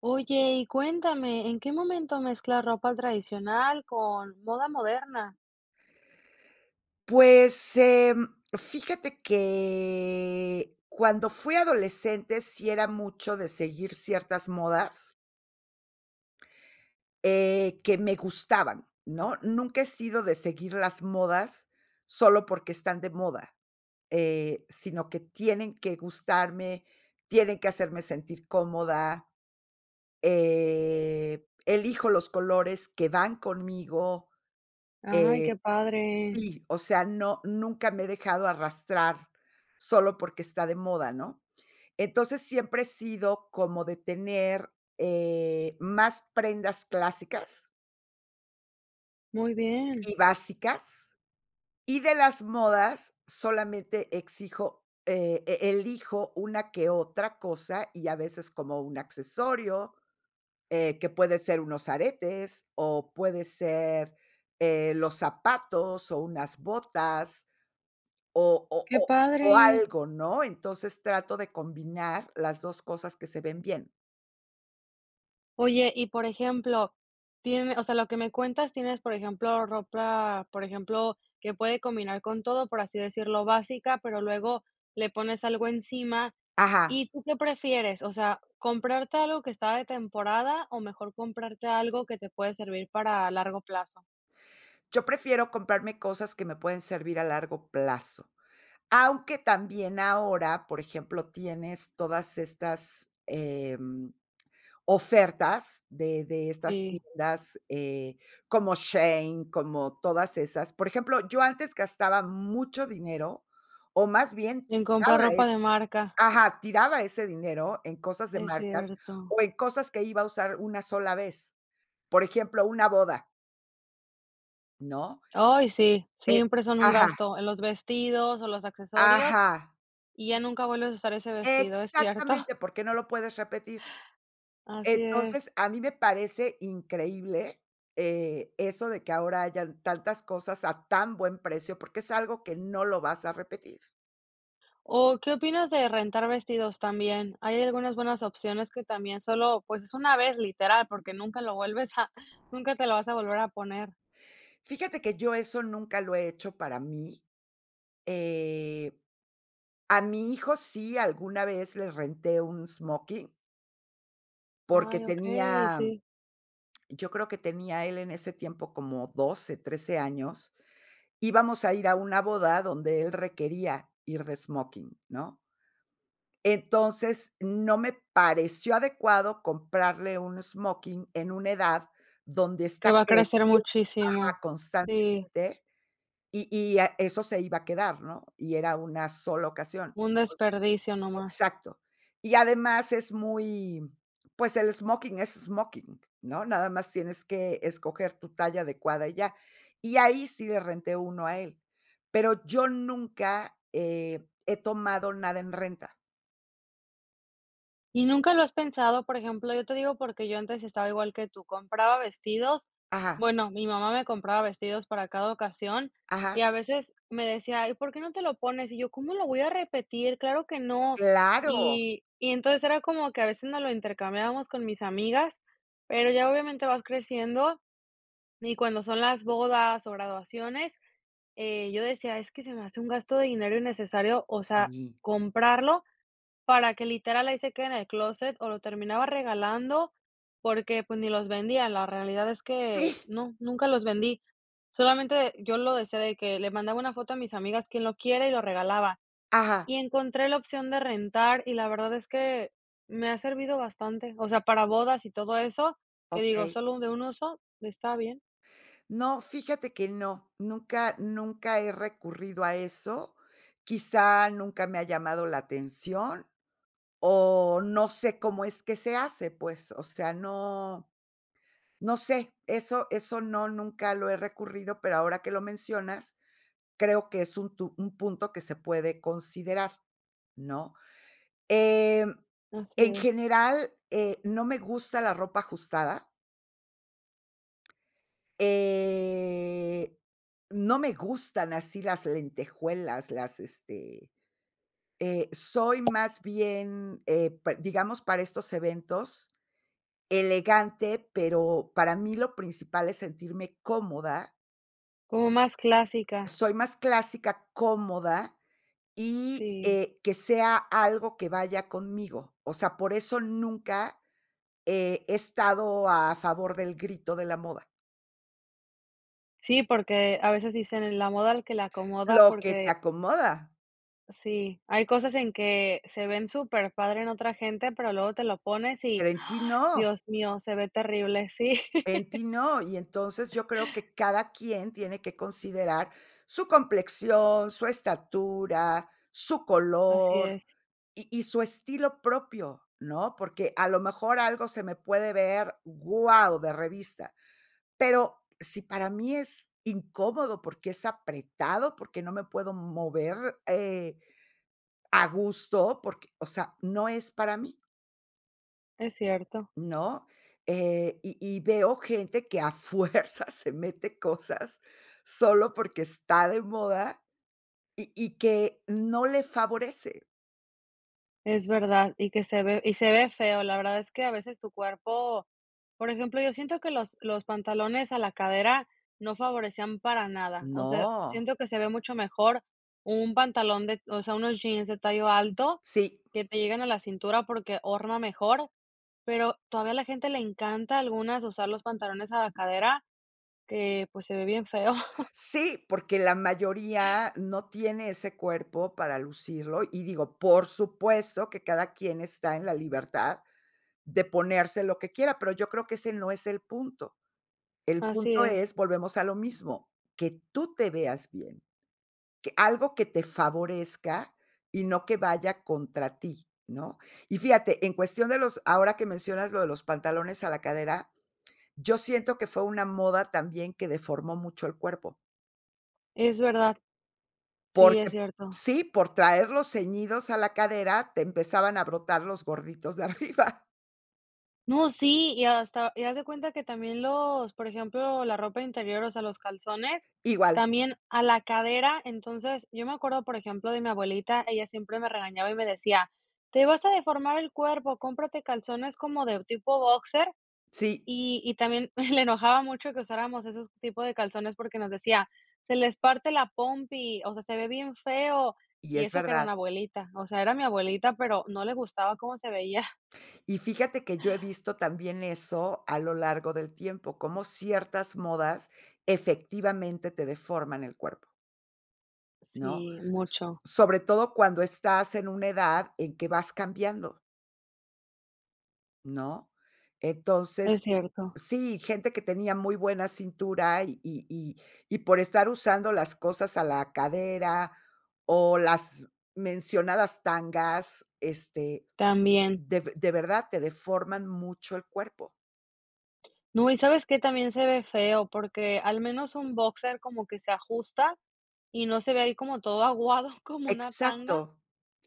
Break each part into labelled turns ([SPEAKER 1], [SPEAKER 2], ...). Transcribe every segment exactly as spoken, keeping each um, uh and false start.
[SPEAKER 1] Oye, y cuéntame, ¿en qué momento mezclas ropa tradicional con moda moderna?
[SPEAKER 2] Pues, em, fíjate que cuando fui adolescente, sí era mucho de seguir ciertas modas, eh, que me gustaban, ¿no? Nunca he sido de seguir las modas solo porque están de moda, eh, sino que tienen que gustarme, tienen que hacerme sentir cómoda, eh, elijo los colores que van conmigo.
[SPEAKER 1] Ay,
[SPEAKER 2] eh
[SPEAKER 1] qué padre.
[SPEAKER 2] Sí, o sea, no, nunca me he dejado arrastrar solo porque está de moda, ¿no? Entonces, siempre he sido como de tener, eh, más prendas clásicas
[SPEAKER 1] Muy bien.
[SPEAKER 2] y básicas, y de las modas solamente exijo, eh, e elijo una que otra cosa y a veces como un accesorio, eh, que puede ser unos aretes o puede ser, eh, los zapatos o unas botas O o
[SPEAKER 1] Qué
[SPEAKER 2] o
[SPEAKER 1] padre.
[SPEAKER 2] o algo, ¿no? Entonces, trato de combinar las dos cosas que se ven bien.
[SPEAKER 1] Oye, y por ejemplo, tiene, o sea, lo que me cuentas, tienes, por ejemplo, ropa, por ejemplo, que puede combinar con todo, por así decirlo, básica, pero luego le pones algo encima.
[SPEAKER 2] Ajá,
[SPEAKER 1] ¿Y tú qué prefieres? O sea, ¿comprarte algo que está de temporada o mejor comprarte algo que te puede servir para largo plazo?
[SPEAKER 2] yo prefiero comprarme cosas que me pueden servir a largo plazo, aunque también ahora, por ejemplo, tienes todas estas, em, ofertas de de estas
[SPEAKER 1] Sí.
[SPEAKER 2] tiendas, eh, como Shein, como todas esas. Por ejemplo, yo antes gastaba mucho dinero, o más bien.
[SPEAKER 1] En comprar ropa de marca,
[SPEAKER 2] Ajá, tiraba ese dinero en cosas de
[SPEAKER 1] es
[SPEAKER 2] marcas
[SPEAKER 1] cierto.
[SPEAKER 2] o en cosas que iba a usar una sola vez. Por ejemplo, una boda, ¿no?
[SPEAKER 1] Ay, sí,
[SPEAKER 2] Eh
[SPEAKER 1] siempre son un
[SPEAKER 2] ajá,
[SPEAKER 1] gasto en los vestidos o los accesorios,
[SPEAKER 2] ajá,
[SPEAKER 1] y ya nunca vuelves a usar ese vestido, es cierto.
[SPEAKER 2] exactamente, porque no lo puedes repetir.
[SPEAKER 1] Así es.
[SPEAKER 2] Entonces, a mí me parece increíble, eh, eso de que ahora hayan tantas cosas a tan buen precio, porque es algo que no lo vas a repetir.
[SPEAKER 1] O, ¿qué opinas de rentar vestidos también? Hay algunas buenas opciones que también solo, pues, es una vez, literal, porque nunca lo vuelves a nunca te lo vas a volver a poner.
[SPEAKER 2] Fíjate que yo eso nunca lo he hecho para mí. Eh, a mi hijo sí, alguna vez le renté un smoking. Porque
[SPEAKER 1] Ay,
[SPEAKER 2] tenía,
[SPEAKER 1] okey, sí,
[SPEAKER 2] yo creo que tenía él en ese tiempo como doce, trece años. Íbamos a ir a una boda donde él requería ir de smoking, ¿no? Entonces, no me pareció adecuado comprarle un smoking en una edad donde
[SPEAKER 1] que
[SPEAKER 2] está
[SPEAKER 1] va a crecer
[SPEAKER 2] creciendo
[SPEAKER 1] muchísimo. Sí,
[SPEAKER 2] constantemente y y, ah, eso se iba a quedar, ¿no? Y era una sola ocasión.
[SPEAKER 1] un desperdicio nomás.
[SPEAKER 2] Exacto. Y además es muy, pues, el smoking es smoking, ¿no? Nada más tienes que escoger tu talla adecuada y ya. Y ahí sí le renté uno a él, pero yo nunca, eh, he tomado nada en renta.
[SPEAKER 1] ¿Y nunca lo has pensado? Por ejemplo, yo te digo porque yo antes estaba igual que tú, compraba vestidos.
[SPEAKER 2] Ajá,
[SPEAKER 1] Bueno, mi mamá me compraba vestidos para cada ocasión
[SPEAKER 2] ajá,
[SPEAKER 1] y a veces me decía: ¿y ¿por qué no te lo pones?". Y yo: "¿Cómo lo voy a repetir? Claro que no".
[SPEAKER 2] claro.
[SPEAKER 1] Y y entonces era como que a veces nos lo intercambiábamos con mis amigas, pero ya obviamente vas creciendo y cuando son las bodas o graduaciones, eh, yo decía: "Es que se me hace un gasto de dinero innecesario, o sea,
[SPEAKER 2] Sí,
[SPEAKER 1] comprarlo para que literal ahí se quede en el closet o lo terminaba regalando, porque, pues, ni los vendía. La realidad es
[SPEAKER 2] sí,
[SPEAKER 1] que no, nunca los vendí. Solamente yo lo decía de que le mandaba una foto a mis amigas, quien lo quiera, y lo regalaba.
[SPEAKER 2] ajá,
[SPEAKER 1] Y encontré la opción de rentar, y la verdad es que me ha servido bastante. O sea, para bodas y todo eso, que digo,
[SPEAKER 2] okey.
[SPEAKER 1] solo de un uso, está bien.
[SPEAKER 2] No, fíjate que no, nunca nunca he recurrido a eso, quizá nunca me ha llamado la atención. O no sé cómo es que se hace, pues, o sea, no no sé, eso eso no, nunca lo he recurrido, pero ahora que lo mencionas, creo que es un tu un punto que se puede considerar, ¿no? Em,
[SPEAKER 1] Así
[SPEAKER 2] en
[SPEAKER 1] es.
[SPEAKER 2] general, eh, no me gusta la ropa ajustada, eh, no me gustan así las lentejuelas, las, este, eh, soy más bien, eh, pa digamos, para estos eventos, elegante, pero para mí lo principal es sentirme cómoda.
[SPEAKER 1] Como más clásica.
[SPEAKER 2] Soy más clásica, cómoda y,
[SPEAKER 1] Sí.
[SPEAKER 2] eh, que sea algo que vaya conmigo. O sea, por eso nunca, eh, he estado a favor del grito de la moda.
[SPEAKER 1] Sí, porque a veces dicen: "En la moda al que le acomoda",
[SPEAKER 2] Lo que te
[SPEAKER 1] porque
[SPEAKER 2] acomoda,
[SPEAKER 1] Sí, hay cosas en que se ven superpadre en otra gente, pero luego te lo pones y,
[SPEAKER 2] pero en ti
[SPEAKER 1] ¡ah!
[SPEAKER 2] no,
[SPEAKER 1] Dios mío, se ve terrible, sí.
[SPEAKER 2] en ti no. Y entonces yo creo que cada quien tiene que considerar su complexión, su estatura, su
[SPEAKER 1] Así
[SPEAKER 2] color,
[SPEAKER 1] es,
[SPEAKER 2] Y y su estilo propio, ¿no? Porque a lo mejor algo se me puede ver, guau, de revista, pero si para mí es incómodo porque es apretado, porque no me puedo mover, eh, a gusto, porque, o sea, no es para mí,
[SPEAKER 1] es cierto,
[SPEAKER 2] ¿no? Eh, y y veo gente que a fuerza se mete cosas solo porque está de moda y y que no le favorece.
[SPEAKER 1] es verdad, y que se ve y se ve feo, la verdad es que a veces tu cuerpo, por ejemplo, yo siento que los los pantalones a la cadera no favorecían para nada, o sea,
[SPEAKER 2] No,
[SPEAKER 1] siento que se ve mucho mejor un pantalón de o sea, unos jeans de tallo alto
[SPEAKER 2] sí.
[SPEAKER 1] que te llegan a la cintura porque horma mejor. Pero todavía a la gente le encanta a algunas usar los pantalones a la cadera, que, pues, se ve bien feo.
[SPEAKER 2] Sí, porque la mayoría no tiene ese cuerpo para lucirlo, y digo, por supuesto que cada quien está en la libertad de ponerse lo que quiera, pero yo creo que ese no es el punto. El
[SPEAKER 1] Así
[SPEAKER 2] punto
[SPEAKER 1] es.
[SPEAKER 2] es, volvemos a lo mismo, que tú te veas bien, que algo que te favorezca y no que vaya contra ti, ¿no? Y fíjate, en cuestión de los ahora que mencionas lo de los pantalones a la cadera, yo siento que fue una moda también que deformó mucho el cuerpo.
[SPEAKER 1] Es verdad, sí, es
[SPEAKER 2] Porque
[SPEAKER 1] cierto.
[SPEAKER 2] sí, por traerlos ceñidos a la cadera, te empezaban a brotar los gorditos de arriba.
[SPEAKER 1] No, sí, y hasta y haz de cuenta que también los, por ejemplo, la ropa interior, o sea, los calzones,
[SPEAKER 2] Igual,
[SPEAKER 1] también a la cadera. Entonces, yo me acuerdo, por ejemplo, de mi abuelita, ella siempre me regañaba y me decía: "Te vas a deformar el cuerpo, cómprate calzones como de tipo boxer".
[SPEAKER 2] sí,
[SPEAKER 1] Y y también le enojaba mucho que usáramos esos tipos de calzones porque nos decía: "Se les parte la pompi, o sea, se ve bien feo",
[SPEAKER 2] y
[SPEAKER 1] y
[SPEAKER 2] es
[SPEAKER 1] eso que era
[SPEAKER 2] verdad.
[SPEAKER 1] una abuelita, o sea, era mi abuelita, pero no le gustaba cómo se veía.
[SPEAKER 2] Y fíjate que yo he visto también eso a lo largo del tiempo, cómo ciertas modas efectivamente te deforman el cuerpo, ¿no?
[SPEAKER 1] Sí,
[SPEAKER 2] S
[SPEAKER 1] mucho,
[SPEAKER 2] sobre todo cuando estás en una edad en que vas cambiando, ¿no? Entonces
[SPEAKER 1] es cierto,
[SPEAKER 2] sí, gente que tenía muy buena cintura y y y y por estar usando las cosas a la cadera o las mencionadas tangas, este,
[SPEAKER 1] también.
[SPEAKER 2] de de verdad te deforman mucho el cuerpo.
[SPEAKER 1] No, ¿y sabes qué? También se ve feo, porque al menos un boxer como que se ajusta y no se ve ahí como todo aguado, como una tanga.
[SPEAKER 2] Exacto.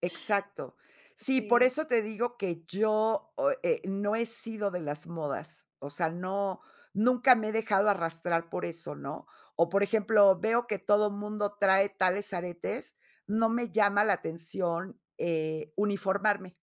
[SPEAKER 2] Exacto. Sí, por
[SPEAKER 1] Sí,
[SPEAKER 2] eso te digo que yo, o eh, no he sido de las modas, o sea, no, nunca me he dejado arrastrar por eso, ¿no? O, por ejemplo, veo que todo mundo trae tales aretes, no me llama la atención, eh, uniformarme.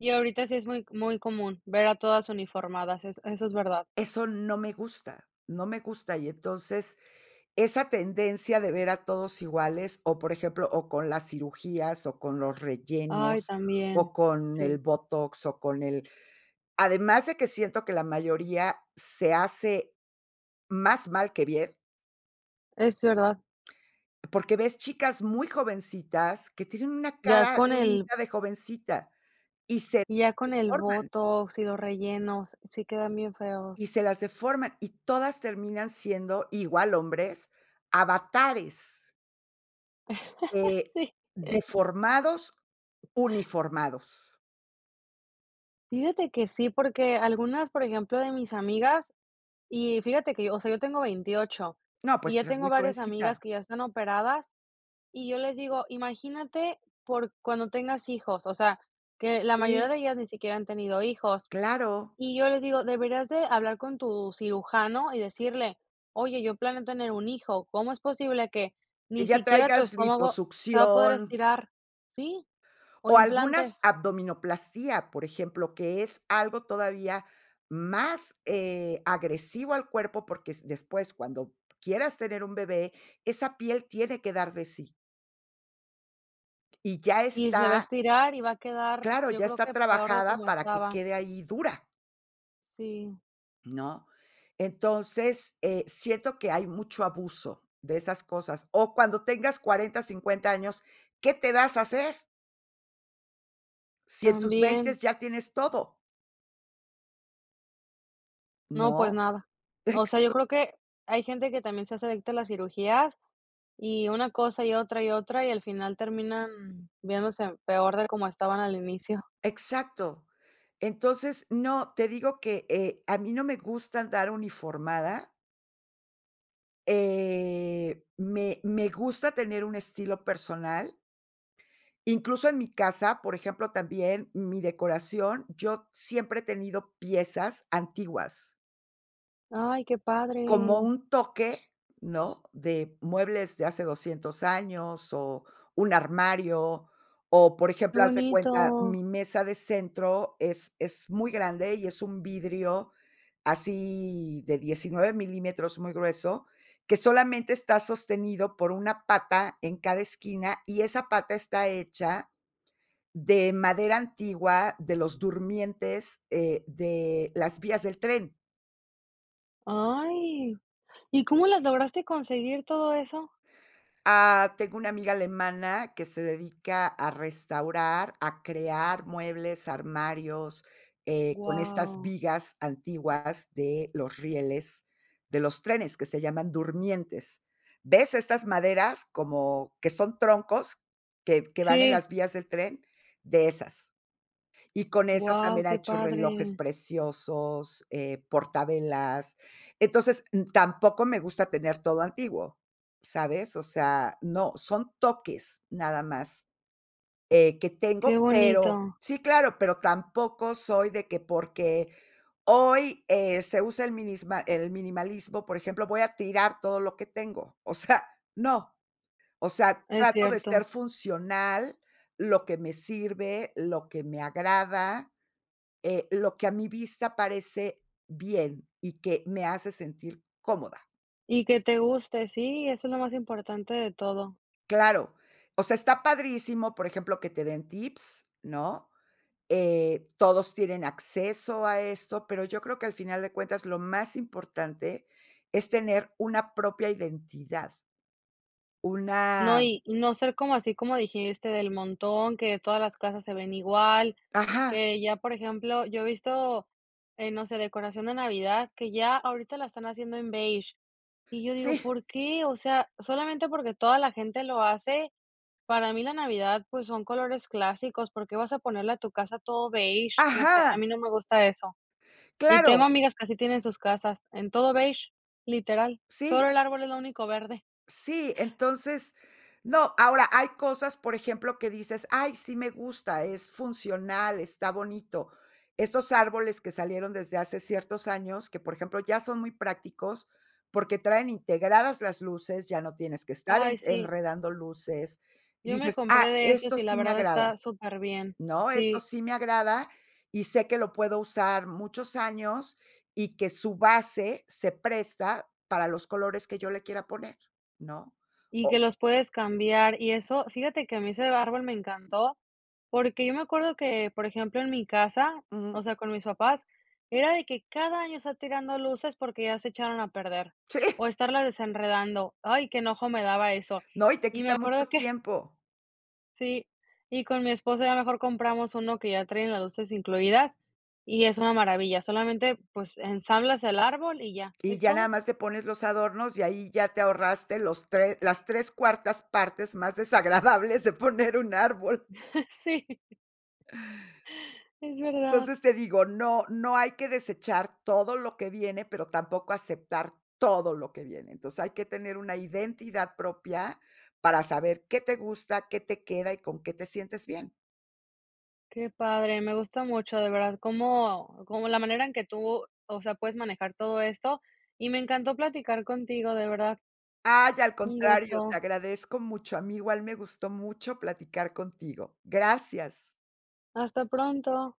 [SPEAKER 1] y ahorita sí es muy muy común ver a todas uniformadas, es eso es verdad.
[SPEAKER 2] Eso no me gusta, no me gusta, y entonces, esa tendencia de ver a todos iguales, o, por ejemplo, o con las cirugías, o con los
[SPEAKER 1] Ay,
[SPEAKER 2] rellenos, o
[SPEAKER 1] también,
[SPEAKER 2] con el
[SPEAKER 1] sí.
[SPEAKER 2] botox, o con el. Además de que siento que la mayoría se hace más mal que bien,
[SPEAKER 1] Es verdad,
[SPEAKER 2] porque ves chicas muy jovencitas que tienen una
[SPEAKER 1] ya
[SPEAKER 2] cara
[SPEAKER 1] con el
[SPEAKER 2] linda de jovencita y se
[SPEAKER 1] ya con el
[SPEAKER 2] deforman,
[SPEAKER 1] botox y los rellenos, sí quedan bien feos.
[SPEAKER 2] y se las deforman, y todas terminan siendo, igual hombres, avatares, eh,
[SPEAKER 1] Sí.
[SPEAKER 2] deformados, uniformados.
[SPEAKER 1] Fíjate que sí, porque algunas, por ejemplo, de mis amigas y fíjate que yo, o sea, yo tengo veintiocho
[SPEAKER 2] No, pues
[SPEAKER 1] y ya
[SPEAKER 2] eras
[SPEAKER 1] tengo
[SPEAKER 2] muy
[SPEAKER 1] varias amigas
[SPEAKER 2] jovencita.
[SPEAKER 1] que ya están operadas y yo les digo: "Imagínate por cuando tengas hijos", o sea, que la mayoría
[SPEAKER 2] Sí,
[SPEAKER 1] de ellas ni siquiera han tenido hijos.
[SPEAKER 2] claro,
[SPEAKER 1] Y yo les digo, deberías de hablar con tu cirujano y decirle: "Oye, yo planeo tener un hijo, ¿cómo es posible que
[SPEAKER 2] que
[SPEAKER 1] ni
[SPEAKER 2] ya
[SPEAKER 1] siquiera tu
[SPEAKER 2] traigas
[SPEAKER 1] estómago se va a poder
[SPEAKER 2] liposucción.
[SPEAKER 1] estirar?". Sí, o
[SPEAKER 2] O algunas
[SPEAKER 1] implantes.
[SPEAKER 2] abdominoplastía, por ejemplo, que es algo todavía más, eh, agresivo al cuerpo, porque s después, cuando quieras tener un bebé, esa piel tiene que dar de sí, y ya
[SPEAKER 1] Y se va a
[SPEAKER 2] está
[SPEAKER 1] estirar y va a quedar,
[SPEAKER 2] claro,
[SPEAKER 1] yo
[SPEAKER 2] ya
[SPEAKER 1] creo
[SPEAKER 2] está
[SPEAKER 1] que peor de
[SPEAKER 2] trabajada
[SPEAKER 1] como
[SPEAKER 2] para que
[SPEAKER 1] estaba.
[SPEAKER 2] quede ahí dura,
[SPEAKER 1] Sí,
[SPEAKER 2] ¿no? Entonces, eh, siento que hay mucho abuso de esas cosas. O cuando tengas cuarenta cincuenta años, ¿qué te vas a hacer? Si en tus
[SPEAKER 1] también.
[SPEAKER 2] veintes ya tienes todo,
[SPEAKER 1] No, pues
[SPEAKER 2] ¿no?
[SPEAKER 1] nada. O sea,
[SPEAKER 2] Ex
[SPEAKER 1] yo creo que hay gente que también se hace adicta a las cirugías, y una cosa, y otra, y otra, y al final terminan viéndose peor de como estaban al inicio.
[SPEAKER 2] exacto. Entonces, no, te digo que, eh, a mí no me gusta andar uniformada, eh, me me gusta tener un estilo personal, incluso en mi casa, por ejemplo, también mi decoración, yo siempre he tenido piezas antiguas,
[SPEAKER 1] Ay, qué
[SPEAKER 2] como
[SPEAKER 1] padre.
[SPEAKER 2] un toque, ¿no?, de muebles de hace doscientos años, o un armario, o, por
[SPEAKER 1] Qué
[SPEAKER 2] ejemplo, haz de
[SPEAKER 1] bonito.
[SPEAKER 2] cuenta, mi mesa de centro es es muy grande y es un vidrio así de diecinueve milímetros, muy grueso, que solamente está sostenido por una pata en cada esquina y esa pata está hecha de madera antigua de los durmientes eh, de las vías del tren.
[SPEAKER 1] Ay, ¿y cómo las lograste conseguir todo eso?
[SPEAKER 2] Ah, tengo una amiga alemana que se dedica a restaurar, a crear muebles, armarios, eh, con estas
[SPEAKER 1] Guau.
[SPEAKER 2] vigas antiguas de los rieles de los trenes, que se llaman durmientes. ¿Ves estas maderas como que son troncos que que van en
[SPEAKER 1] Sí,
[SPEAKER 2] las vías del tren? De esas. Y con esas
[SPEAKER 1] guau,
[SPEAKER 2] también ha
[SPEAKER 1] qué
[SPEAKER 2] hecho
[SPEAKER 1] padre,
[SPEAKER 2] relojes preciosos, eh, portavelas. Entonces, mm, tampoco me gusta tener todo antiguo, ¿sabes? O sea, no, son toques nada más, eh, que tengo,
[SPEAKER 1] qué
[SPEAKER 2] pero
[SPEAKER 1] bonito,
[SPEAKER 2] sí, claro, pero tampoco soy de que porque hoy, eh, se usa el minisma el minimalismo, por ejemplo, voy a tirar todo lo que tengo. O sea, no. O sea,
[SPEAKER 1] es
[SPEAKER 2] trato de ser
[SPEAKER 1] cierto.
[SPEAKER 2] funcional, lo que me sirve, lo que me agrada, eh, lo que a mi vista parece bien y que me hace sentir cómoda.
[SPEAKER 1] Y que te guste, sí, eso es lo más importante de todo.
[SPEAKER 2] Claro, o sea, está padrísimo, por ejemplo, que te den tips, ¿no? Eh, todos tienen acceso a esto, pero yo creo que al final de cuentas lo más importante es tener una propia identidad, una
[SPEAKER 1] No, y y no ser como así como dijiste, del montón, que todas las casas se ven igual,
[SPEAKER 2] ajá,
[SPEAKER 1] que ya, por ejemplo, yo he visto, eh, no sé, decoración de Navidad, que ya ahorita la están haciendo en beige. Y yo digo,
[SPEAKER 2] sí,
[SPEAKER 1] ¿por qué? O sea, solamente porque toda la gente lo hace. Para mí la Navidad, pues, son colores clásicos, ¿por qué vas a ponerle a tu casa todo beige? No sé, a
[SPEAKER 2] ajá,
[SPEAKER 1] mí no me gusta eso. Y tengo
[SPEAKER 2] claro,
[SPEAKER 1] amigas que así tienen sus casas, en todo beige, literal.
[SPEAKER 2] sí.
[SPEAKER 1] Solo el árbol es lo único verde.
[SPEAKER 2] Sí, entonces, no, ahora hay cosas, por ejemplo, que dices: "Ay, sí me gusta, es funcional, está bonito". Estos árboles que salieron desde hace ciertos años, que, por ejemplo, ya son muy prácticos, porque traen integradas las luces, ya no tienes que estar
[SPEAKER 1] Ay,
[SPEAKER 2] en
[SPEAKER 1] sí,
[SPEAKER 2] enredando luces. Y
[SPEAKER 1] yo me
[SPEAKER 2] dices: "Ah,
[SPEAKER 1] compré de esos
[SPEAKER 2] esto
[SPEAKER 1] y la
[SPEAKER 2] sí me
[SPEAKER 1] verdad está
[SPEAKER 2] agrada".
[SPEAKER 1] súper bien.
[SPEAKER 2] No, eso
[SPEAKER 1] Sí,
[SPEAKER 2] sí me agrada y sé que lo puedo usar muchos años y que su base se presta para los colores que yo le quiera poner, ¿no?
[SPEAKER 1] y
[SPEAKER 2] O
[SPEAKER 1] que
[SPEAKER 2] ujú,
[SPEAKER 1] los puedes cambiar y eso, fíjate que a mí ese árbol me encantó. Porque yo me acuerdo que, por ejemplo, en mi casa, o sea, con mis papás, era de que cada año estar tirando luces porque ya se echaron a perder
[SPEAKER 2] sí,
[SPEAKER 1] o estarlas desenredando. Ay, qué enojo me daba eso.
[SPEAKER 2] no, y te
[SPEAKER 1] Y me
[SPEAKER 2] quita mucho
[SPEAKER 1] acuerdo que
[SPEAKER 2] tiempo.
[SPEAKER 1] sí, y con mi esposo ya mejor compramos uno que ya traen las luces incluidas y es una maravilla. Solamente, pues, ensamblas el árbol y ya,
[SPEAKER 2] Y
[SPEAKER 1] es
[SPEAKER 2] ya nada
[SPEAKER 1] todo.
[SPEAKER 2] más te pones los adornos y ahí ya te ahorraste los tres las tres cuartas partes más desagradables de poner un árbol.
[SPEAKER 1] Sí, es verdad.
[SPEAKER 2] Entonces te digo, no no hay que desechar todo lo que viene, pero tampoco aceptar todo lo que viene. Entonces, hay que tener una identidad propia para saber qué te gusta, qué te queda y con qué te sientes bien.
[SPEAKER 1] Qué padre, me gusta mucho, de verdad, cómo cómo la manera en que tú, o sea, puedes manejar todo esto, y me encantó platicar contigo, de verdad,
[SPEAKER 2] Ay, al
[SPEAKER 1] un
[SPEAKER 2] contrario, te
[SPEAKER 1] gusto.
[SPEAKER 2] agradezco mucho. A mí igual me gustó mucho platicar contigo. Gracias.
[SPEAKER 1] Hasta pronto.